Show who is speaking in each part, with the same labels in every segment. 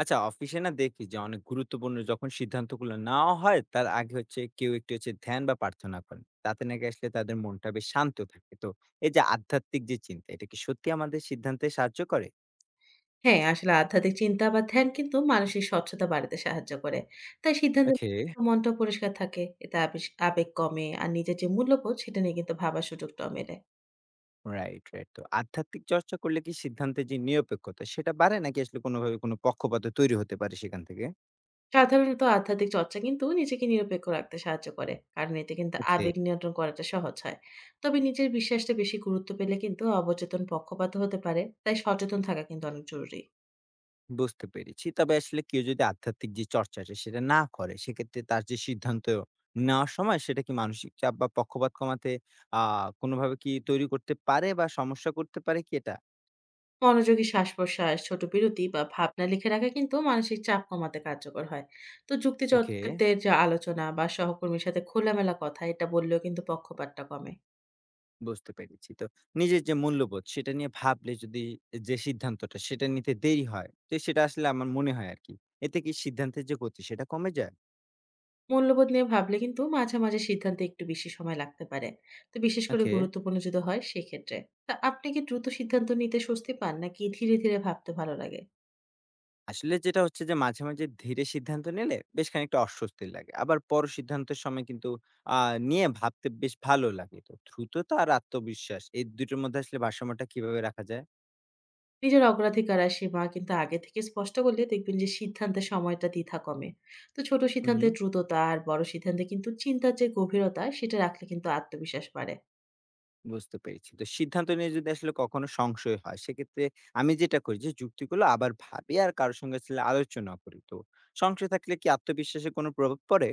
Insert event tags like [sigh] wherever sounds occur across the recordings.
Speaker 1: আচ্ছা অফিসে না দেখি যে অনেক গুরুত্বপূর্ণ যখন সিদ্ধান্তগুলো নেওয়া হয় তার আগে কেউ একটু ধ্যান বা প্রার্থনা করেন তাতে নাকি আসলে তাদের মনটা বেশ শান্ত থাকে। তো এই যে আধ্যাত্মিক যে চিন্তা এটা কি সত্যি আমাদের সিদ্ধান্তে সাহায্য করে?
Speaker 2: হ্যাঁ, আসলে আধ্যাত্মিক চিন্তা বা ধ্যান কিন্তু মানসিক স্বচ্ছতা বাড়াতে সাহায্য করে। তাই সিদ্ধান্ত
Speaker 1: ওকে।
Speaker 2: মনটাও [unintelligible] পরিষ্কার থাকে। এতে আবেগ কমে আর নিজের যে মূল্যবোধ সেটা নিয়ে কিন্তু ভাবার সুযোগটাও মেলে।
Speaker 1: রাইট রাইট তো আধ্যাত্মিক চর্চা করলে কি সিদ্ধান্তের যে নিরপেক্ষতা সেটা বাড়ে নাকি আসলে কোনোভাবে কোনো পক্ষপাত তৈরি হতে পারে সেখান থেকে?
Speaker 2: সাধারণত আধ্যাত্মিক চর্চা কিন্তু নিজেকে নিরপেক্ষ রাখতে সাহায্য করে। কারণ এতে কিন্তু
Speaker 1: ওকে,
Speaker 2: আবেগ নিয়ন্ত্রণ করাটা সহজ হয়। তবে নিজের বিশ্বাসটা বেশি গুরুত্ব পেলে কিন্তু অবচেতন পক্ষপাত হতে পারে। তাই সচেতন থাকা কিন্তু অনেক জরুরি।
Speaker 1: বুঝতে পেরেছি। তবে আসলে কেউ যদি আধ্যাত্মিক যে চর্চাটা সেটা না করে, সেক্ষেত্রে তার যে সিদ্ধান্ত নেওয়ার সময় সেটা কি মানসিক চাপ বা পক্ষপাত কমাতে আ কোনোভাবে কি তৈরি করতে পারে বা সমস্যা করতে পারে কি এটা?
Speaker 2: মনোযোগী শ্বাস-প্রশ্বাস, ছোট বিরতি বা ভাবনা লিখে রাখা কিন্তু মানসিক চাপ কমাতে কার্যকর হয়। তো
Speaker 1: ওকে,
Speaker 2: যুক্তিতর্কের যে আলোচনা বা সহকর্মীর সাথে খোলামেলা কথা এটা বললেও কিন্তু পক্ষপাতটা কমে।
Speaker 1: বুঝতে পেরেছি। তো নিজের যে মূল্যবোধ সেটা নিয়ে ভাবলে যদি যে সিদ্ধান্তটা সেটা নিতে দেরি হয়, তো সেটা আসলে আমার মনে হয় আরকি। এতে কি সিদ্ধান্তের যে গতি সেটা কমে যায়?
Speaker 2: মূল্যবোধ নিয়ে ভাবলে কিন্তু মাঝে মাঝে সিদ্ধান্তে একটু বেশি সময় লাগতে পারে। তো বিশেষ করে
Speaker 1: ওকে।
Speaker 2: গুরুত্বপূর্ণ যদি হয় সেক্ষেত্রে। তা আপনি কি দ্রুত সিদ্ধান্ত নিতে স্বস্তি পান নাকি ধীরে ধীরে ভাবতে ভালো লাগে?
Speaker 1: আসলে যেটা হচ্ছে যে মাঝে, মাঝে ধীরে সিদ্ধান্ত নিলে বেশ খানিকটা অস্বস্তি লাগে। আবার বড় সিদ্ধান্তের সময় কিন্তু আ নিয়ে ভাবতে বেশ ভালো লাগে। তো দ্রুততা আর আত্মবিশ্বাস এই দুটোর মধ্যে আসলে ভারসাম্যটা কিভাবে রাখা যায়?
Speaker 2: নিজের অগ্রাধিকার আর সীমা কিন্তু আগে থেকে স্পষ্ট করলে দেখবেন যে সিদ্ধান্তের সময়টা দ্বিধা কমে। তো ছোট
Speaker 1: হুম।
Speaker 2: সিদ্ধান্তের দ্রুততা আর বড় সিদ্ধান্তে কিন্তু চিন্তার যে গভীরতা সেটা রাখলে কিন্তু আত্মবিশ্বাস বাড়ে।
Speaker 1: বুঝতে পেরেছি। তো সিদ্ধান্ত নিয়ে যদি আসলে কখনো সংশয় হয়, সেক্ষেত্রে আমি যেটা করি যে যুক্তিগুলো আবার ভাবি আর কারো সঙ্গে আসলে আলোচনা করি। তো সংশয় থাকলে কি আত্মবিশ্বাসে কোনো প্রভাব পড়ে?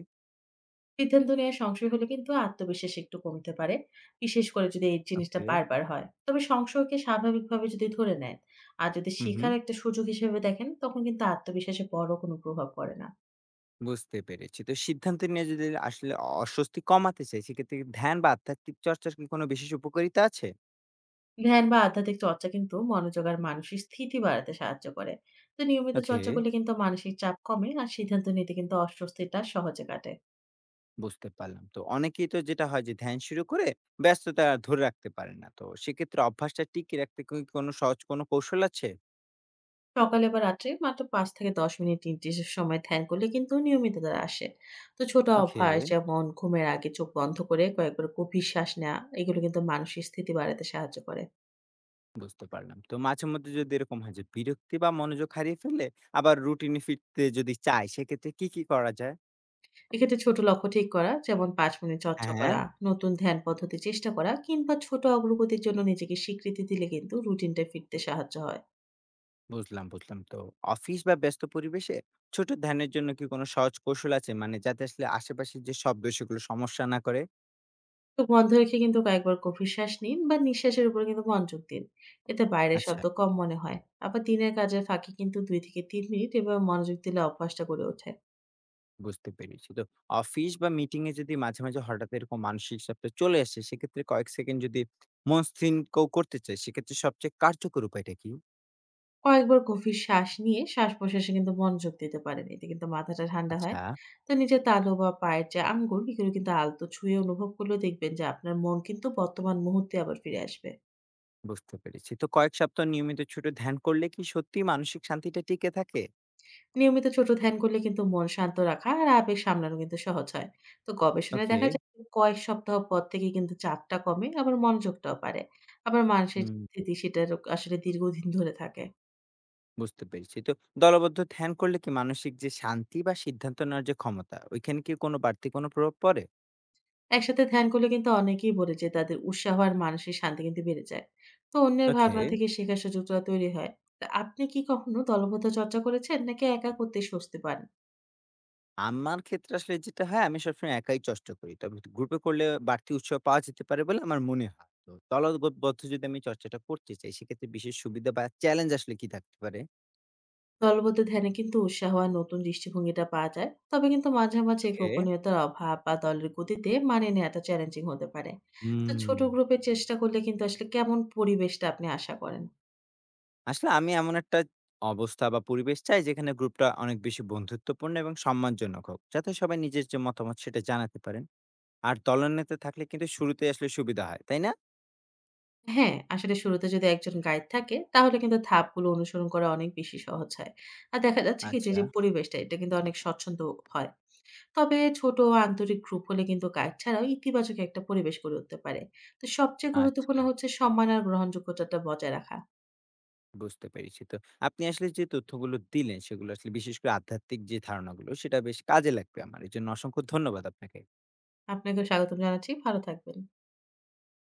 Speaker 2: সিদ্ধান্ত নেওয়ার সংশয় হলে কিন্তু আত্মবিশ্বাস একটু কমতে পারে। বিশেষ করে যদি এই জিনিসটা
Speaker 1: ওকে।
Speaker 2: বারবার হয়। তবে সংশয়কে স্বাভাবিকভাবে যদি ধরে নেন আর যদি
Speaker 1: হুম।
Speaker 2: শেখার একটা সুযোগ হিসেবে দেখেন, তখন কিন্তু আত্মবিশ্বাসে বড় কোনো প্রভাব পড়ে না।
Speaker 1: বুঝতে পেরেছি। তো সিদ্ধান্ত নিয়ে যদি আসলে অস্বস্তি কমাতে চাই, সেক্ষেত্রে কি ধ্যান বা আধ্যাত্মিক চর্চার কি কোনো বিশেষ উপকারিতা আছে?
Speaker 2: ধ্যান বা আধ্যাত্মিক চর্চা কিন্তু মনোযোগ আর মানসিক স্থিতি বাড়াতে সাহায্য করে। তো নিয়মিত
Speaker 1: ওকে,
Speaker 2: চর্চা করলে কিন্তু মানসিক চাপ কমে আর সিদ্ধান্ত নিতে কিন্তু অস্বস্তিটা সহজে কাটে।
Speaker 1: বুঝতে পারলাম। তো অনেকেই তো যেটা হয় যে ধ্যান শুরু করে ব্যস্ততা আর ধরে রাখতে পারে না। তো সেক্ষেত্রে অভ্যাসটা টিকিয়ে রাখতে কি কোনো সহজ কোনো কৌশল আছে?
Speaker 2: সকালে বা রাত্রে মাত্র পাঁচ থেকে দশ মিনিট নির্দিষ্ট সময় ধ্যান করলে কিন্তু নিয়মিততা আসে। তো ছোট
Speaker 1: ওকে,
Speaker 2: অভ্যাস যেমন ঘুমের আগে চোখ বন্ধ করে কয়েকবার গভীর শ্বাস নেওয়া এগুলো কিন্তু মানসিক স্থিতি বাড়াতে সাহায্য করে।
Speaker 1: বুঝতে পারলাম। তো মাঝেমধ্যে যদি এরকম হয় যে বিরক্তি বা মনোযোগ হারিয়ে ফেললে আবার রুটিনে ফিরতে যদি চাই, সেক্ষেত্রে কি করা যায়?
Speaker 2: এক্ষেত্রে ছোট লক্ষ্য ঠিক করা, যেমন পাঁচ মিনিট চর্চা
Speaker 1: হ্যাঁ।
Speaker 2: করা, নতুন ধ্যান পদ্ধতি চেষ্টা করা কিংবা ছোট অগ্রগতির জন্য নিজেকে স্বীকৃতি দিলে কিন্তু রুটিনটা ফিরতে সাহায্য হয়।
Speaker 1: বুঝলাম। তো অফিস বা ব্যস্ত পরিবেশে ছোট ধ্যানের জন্য কি কোনো সহজ কৌশল আছে? মানে যাতে আসলে আশেপাশের যে শব্দ সেগুলো সমস্যা না করে?
Speaker 2: চোখ বন্ধ রেখে কিন্তু কয়েকবার গভীর শ্বাস নিন বা নিঃশ্বাসের উপরে কিন্তু মনোযোগ দিন। এতে বাইরের
Speaker 1: আচ্ছা,
Speaker 2: শব্দ কম মনে হয়। আবার দিনের কাজের ফাঁকে কিন্তু ২ থেকে ৩ মিনিট এভাবে মনোযোগ দিলে অভ্যাসটা গড়ে ওঠে।
Speaker 1: বুঝতে পেরেছি। তো অফিস বা মিটিং এ যদি মাঝে, মাঝে হঠাৎ এরকম মানসিক চাপ চলে আসে, সেক্ষেত্রে কয়েক সেকেন্ড যদি মন স্থির কেউ করতে চায়, সেক্ষেত্রে সবচেয়ে কার্যকর উপায়টা কি?
Speaker 2: কয়েকবার গভীর শ্বাস নিয়ে শ্বাস-প্রশ্বাসে কিন্তু মনোযোগ দিতে পারেন। এতে কিন্তু মাথাটা ঠান্ডা হয়।
Speaker 1: আচ্ছা,
Speaker 2: তো নিজের তালু বা পায়ের যে আঙ্গুল এগুলো কিন্তু আলতো ছুঁয়ে অনুভব করলেও দেখবেন যে আপনার মন কিন্তু বর্তমান মুহূর্তে আবার ফিরে আসবে।
Speaker 1: বুঝতে পেরেছি। তো কয়েক সপ্তাহ নিয়মিত ছোট ধ্যান করলে কি সত্যিই মানসিক শান্তিটা টিকে থাকে?
Speaker 2: নিয়মিত ছোট ধ্যান করলে কিন্তু মন শান্ত রাখা আর আবেগ সামলানো কিন্তু সহজ হয়। তো গবেষণায়
Speaker 1: ওকে,
Speaker 2: দেখা যায় যে কয়েক সপ্তাহ পর থেকে কিন্তু চাপটা কমে আবার মনোযোগটাও বাড়ে। আবার মানুষের যে
Speaker 1: হুম।
Speaker 2: স্থিতি সেটারও আসলে দীর্ঘদিন ধরে থাকে।
Speaker 1: বুঝতে পেরেছি। তো দলবদ্ধ ধ্যান করলে কি মানসিক যে শান্তি বা সিদ্ধান্ত নেওয়ার যে ক্ষমতা, ওইখানে কি কোনো বাড়তি কোনো প্রভাব পড়ে?
Speaker 2: একসাথে ধ্যান করলে কিন্তু অনেকেই বলে যে তাদের উৎসাহ আর মানসিক শান্তি কিন্তু বেড়ে যায়। তো অন্যের
Speaker 1: ওকে।
Speaker 2: ভাবনা থেকে শেখার সুযোগটা তৈরি হয়। তা আপনি কি কখনো দলগত চর্চা করেছেন নাকি একা করতে স্বস্তি পান?
Speaker 1: আমার ক্ষেত্রে আসলে যেটা হয় আমি সবসময় একাই চর্চা করি। তবে গ্রুপে করলে বাড়তি উৎসাহ পাওয়া যেতে পারে বলে আমার মনে হয়। তো দলবদ্ধ যদি আমি চর্চাটা করতে চাই সেক্ষেত্রে বিশেষ সুবিধা বা চ্যালেঞ্জ আসলে কি থাকতে পারে?
Speaker 2: দলবদ্ধ ধ্যানে কিন্তু উৎসাহ আর নতুন দৃষ্টিভঙ্গিটা পাওয়া যায়, তবে কিন্তু মাঝে মাঝে
Speaker 1: ওকে।
Speaker 2: গোপনীয়তার অভাব বা দলের গতিতে মানিয়ে নেওয়াটা চ্যালেঞ্জিং হতে পারে। তো
Speaker 1: হুম,
Speaker 2: ছোট গ্রুপে চেষ্টা করলে কিন্তু আসলে কেমন পরিবেশটা আপনি আশা করেন?
Speaker 1: আসলে আমি এমন একটা অবস্থা বা পরিবেশ চাই যেখানে গ্রুপটা অনেক বেশি বন্ধুত্বপূর্ণ এবং সম্মানজনক হোক। যাতে সবাই নিজের যে মতামত সেটা জানাতে পারেন। আর দলনেতা থাকলে কিন্তু শুরুতেই আসলে সুবিধা হয়, তাই না?
Speaker 2: হ্যাঁ, আসলে শুরুতে যদি একজন গাইড থাকে তাহলে কিন্তু ধাপগুলো অনুসরণ করা অনেক বেশি সহজ হয়। আর দেখা যাচ্ছে কি যে
Speaker 1: আচ্ছা,
Speaker 2: যে পরিবেশটা এটা কিন্তু অনেক স্বচ্ছন্দ হয়। তবে ছোট ও আন্তরিক গ্রুপ হলে কিন্তু গাইড ছাড়াও ইতিবাচক একটা পরিবেশ গড়ে উঠতে পারে। তো সবচেয়ে গুরুত্বপূর্ণ
Speaker 1: আচ্ছা।
Speaker 2: হচ্ছে সম্মান আর গ্রহণযোগ্যতাটা বজায় রাখা।
Speaker 1: বুঝতে পেরেছি। তো আপনি আসলে যে তথ্যগুলো দিলেন সেগুলো আসলে বিশেষ করে আধ্যাত্মিক যে ধারণাগুলো সেটা বেশ কাজে লাগবে আমার। এজন্য অসংখ্য ধন্যবাদ আপনাকে।
Speaker 2: আপনাকেও স্বাগতম জানাচ্ছি। ভালো থাকবেন।